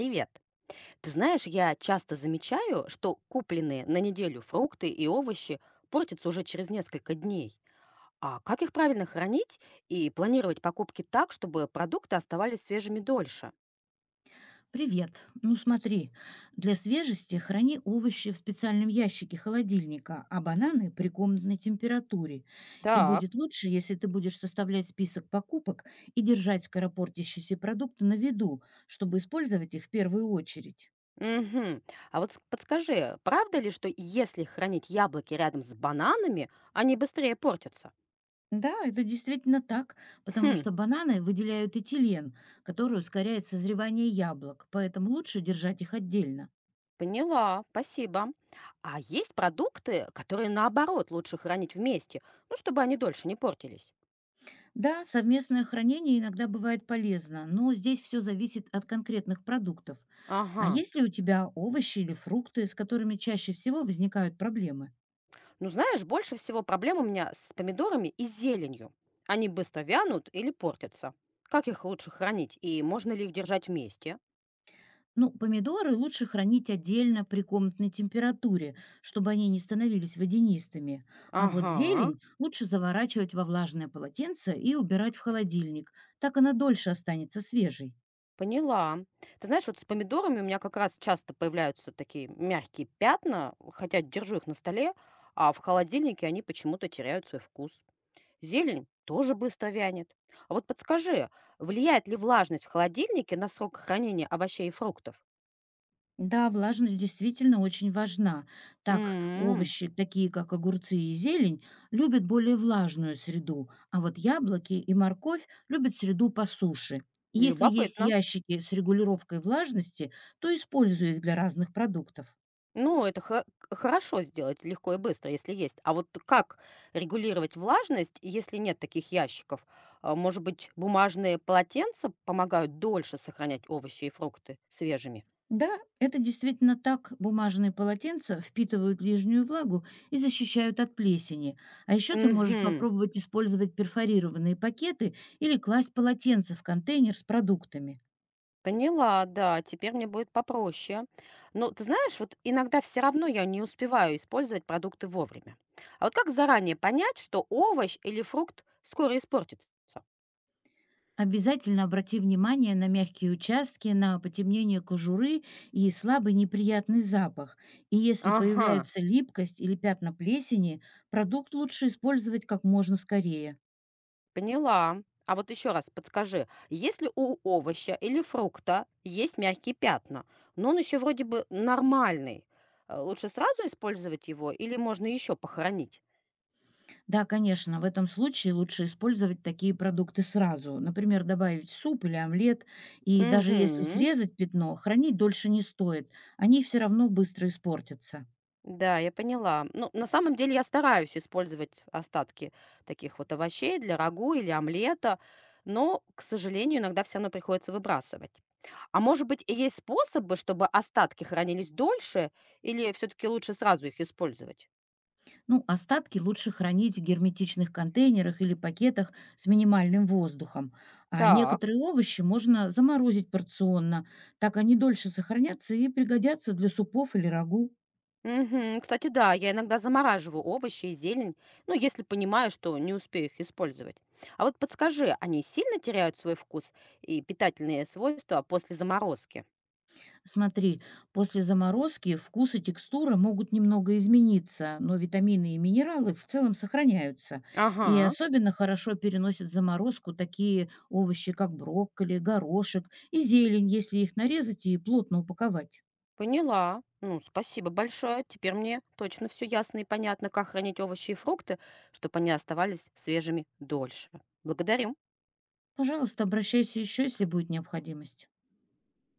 Привет. Ты знаешь, я часто замечаю, что купленные на неделю фрукты и овощи портятся уже через несколько дней. А как их правильно хранить и планировать покупки так, чтобы продукты оставались свежими дольше? Привет. Ну смотри, для свежести храни овощи в специальном ящике холодильника, а бананы при комнатной температуре. И Так. будет лучше, если ты будешь составлять список покупок и держать скоропортящиеся продукты на виду, чтобы использовать их в первую очередь. Угу. А вот подскажи, правда ли, что если хранить яблоки рядом с бананами, они быстрее портятся? Да, это действительно так, потому Хм, что бананы выделяют этилен, который ускоряет созревание яблок, поэтому лучше держать их отдельно. поняла, спасибо. А есть продукты, которые наоборот лучше хранить вместе, ну, чтобы они дольше не портились. Да, совместное хранение иногда бывает полезно, но здесь все зависит от конкретных продуктов. А Ага. есть ли у тебя овощи или фрукты, с которыми чаще всего возникают проблемы? Ну, знаешь, больше всего проблем у меня с помидорами и зеленью. Они быстро вянут или портятся. Как их лучше хранить и можно ли их держать вместе? Ну, помидоры лучше хранить отдельно при комнатной температуре, чтобы они не становились водянистыми. А вот Ага, зелень лучше заворачивать во влажное полотенце и убирать в холодильник. Так она дольше останется свежей. поняла. Ты знаешь, вот с помидорами у меня как раз часто появляются такие мягкие пятна, хотя держу их на столе, а в холодильнике они почему-то теряют свой вкус. Зелень тоже быстро вянет. А вот подскажи, влияет ли влажность в холодильнике на срок хранения овощей и фруктов? Да, влажность действительно очень важна. Так, М, овощи, такие как огурцы и зелень, любят более влажную среду, а вот яблоки и морковь любят среду по суше. И если есть любопытно. ящики с регулировкой влажности, то используй их для разных продуктов. Ну, это хо хорошо сделать легко и быстро, если есть. А вот как регулировать влажность, если нет таких ящиков? А, может быть, бумажные полотенца помогают дольше сохранять овощи и фрукты свежими? Да, это действительно так. Бумажные полотенца впитывают лишнюю влагу и защищают от плесени. А еще ты можешь Мгм. попробовать использовать перфорированные пакеты или класть полотенце в контейнер с продуктами. Поняла, да, теперь мне будет попроще. Но ты знаешь, вот иногда все равно я не успеваю использовать продукты вовремя. А вот как заранее понять, что овощ или фрукт скоро испортится? Обязательно обрати внимание на мягкие участки, на потемнение кожуры и слабый неприятный запах. И если Ага. появляется липкость или пятна плесени, продукт лучше использовать как можно скорее. Поняла. А вот еще раз подскажи, если у овоща или фрукта есть мягкие пятна, но он еще вроде бы нормальный, лучше сразу использовать его или можно еще похоронить? Да, конечно, в этом случае лучше использовать такие продукты сразу. Например, добавить в суп или омлет. И даже если Угу. срезать пятно, хранить дольше не стоит. Они все равно быстро испортятся. Да, я поняла. Ну, на самом деле я стараюсь использовать остатки таких вот овощей для рагу или омлета, но, к сожалению, иногда все равно приходится выбрасывать. А может быть, и есть способы, чтобы остатки хранились дольше, или все-таки лучше сразу их использовать? Ну, остатки лучше хранить в герметичных контейнерах или пакетах с минимальным воздухом, а Так. некоторые овощи можно заморозить порционно, так они дольше сохранятся и пригодятся для супов или рагу. Мгм. Кстати, да, я иногда замораживаю овощи и зелень, ну, если понимаю, что не успею их использовать. А вот подскажи, они сильно теряют свой вкус и питательные свойства после заморозки? Смотри, после заморозки вкус и текстура могут немного измениться, но витамины и минералы в целом сохраняются. И Ага, особенно хорошо переносят заморозку такие овощи, как брокколи, горошек и зелень, если их нарезать и плотно упаковать. поняла. Ну, спасибо большое. Теперь мне точно все ясно и понятно, как хранить овощи и фрукты, чтобы они оставались свежими дольше. Благодарю. Пожалуйста, обращайся еще, если будет необходимость.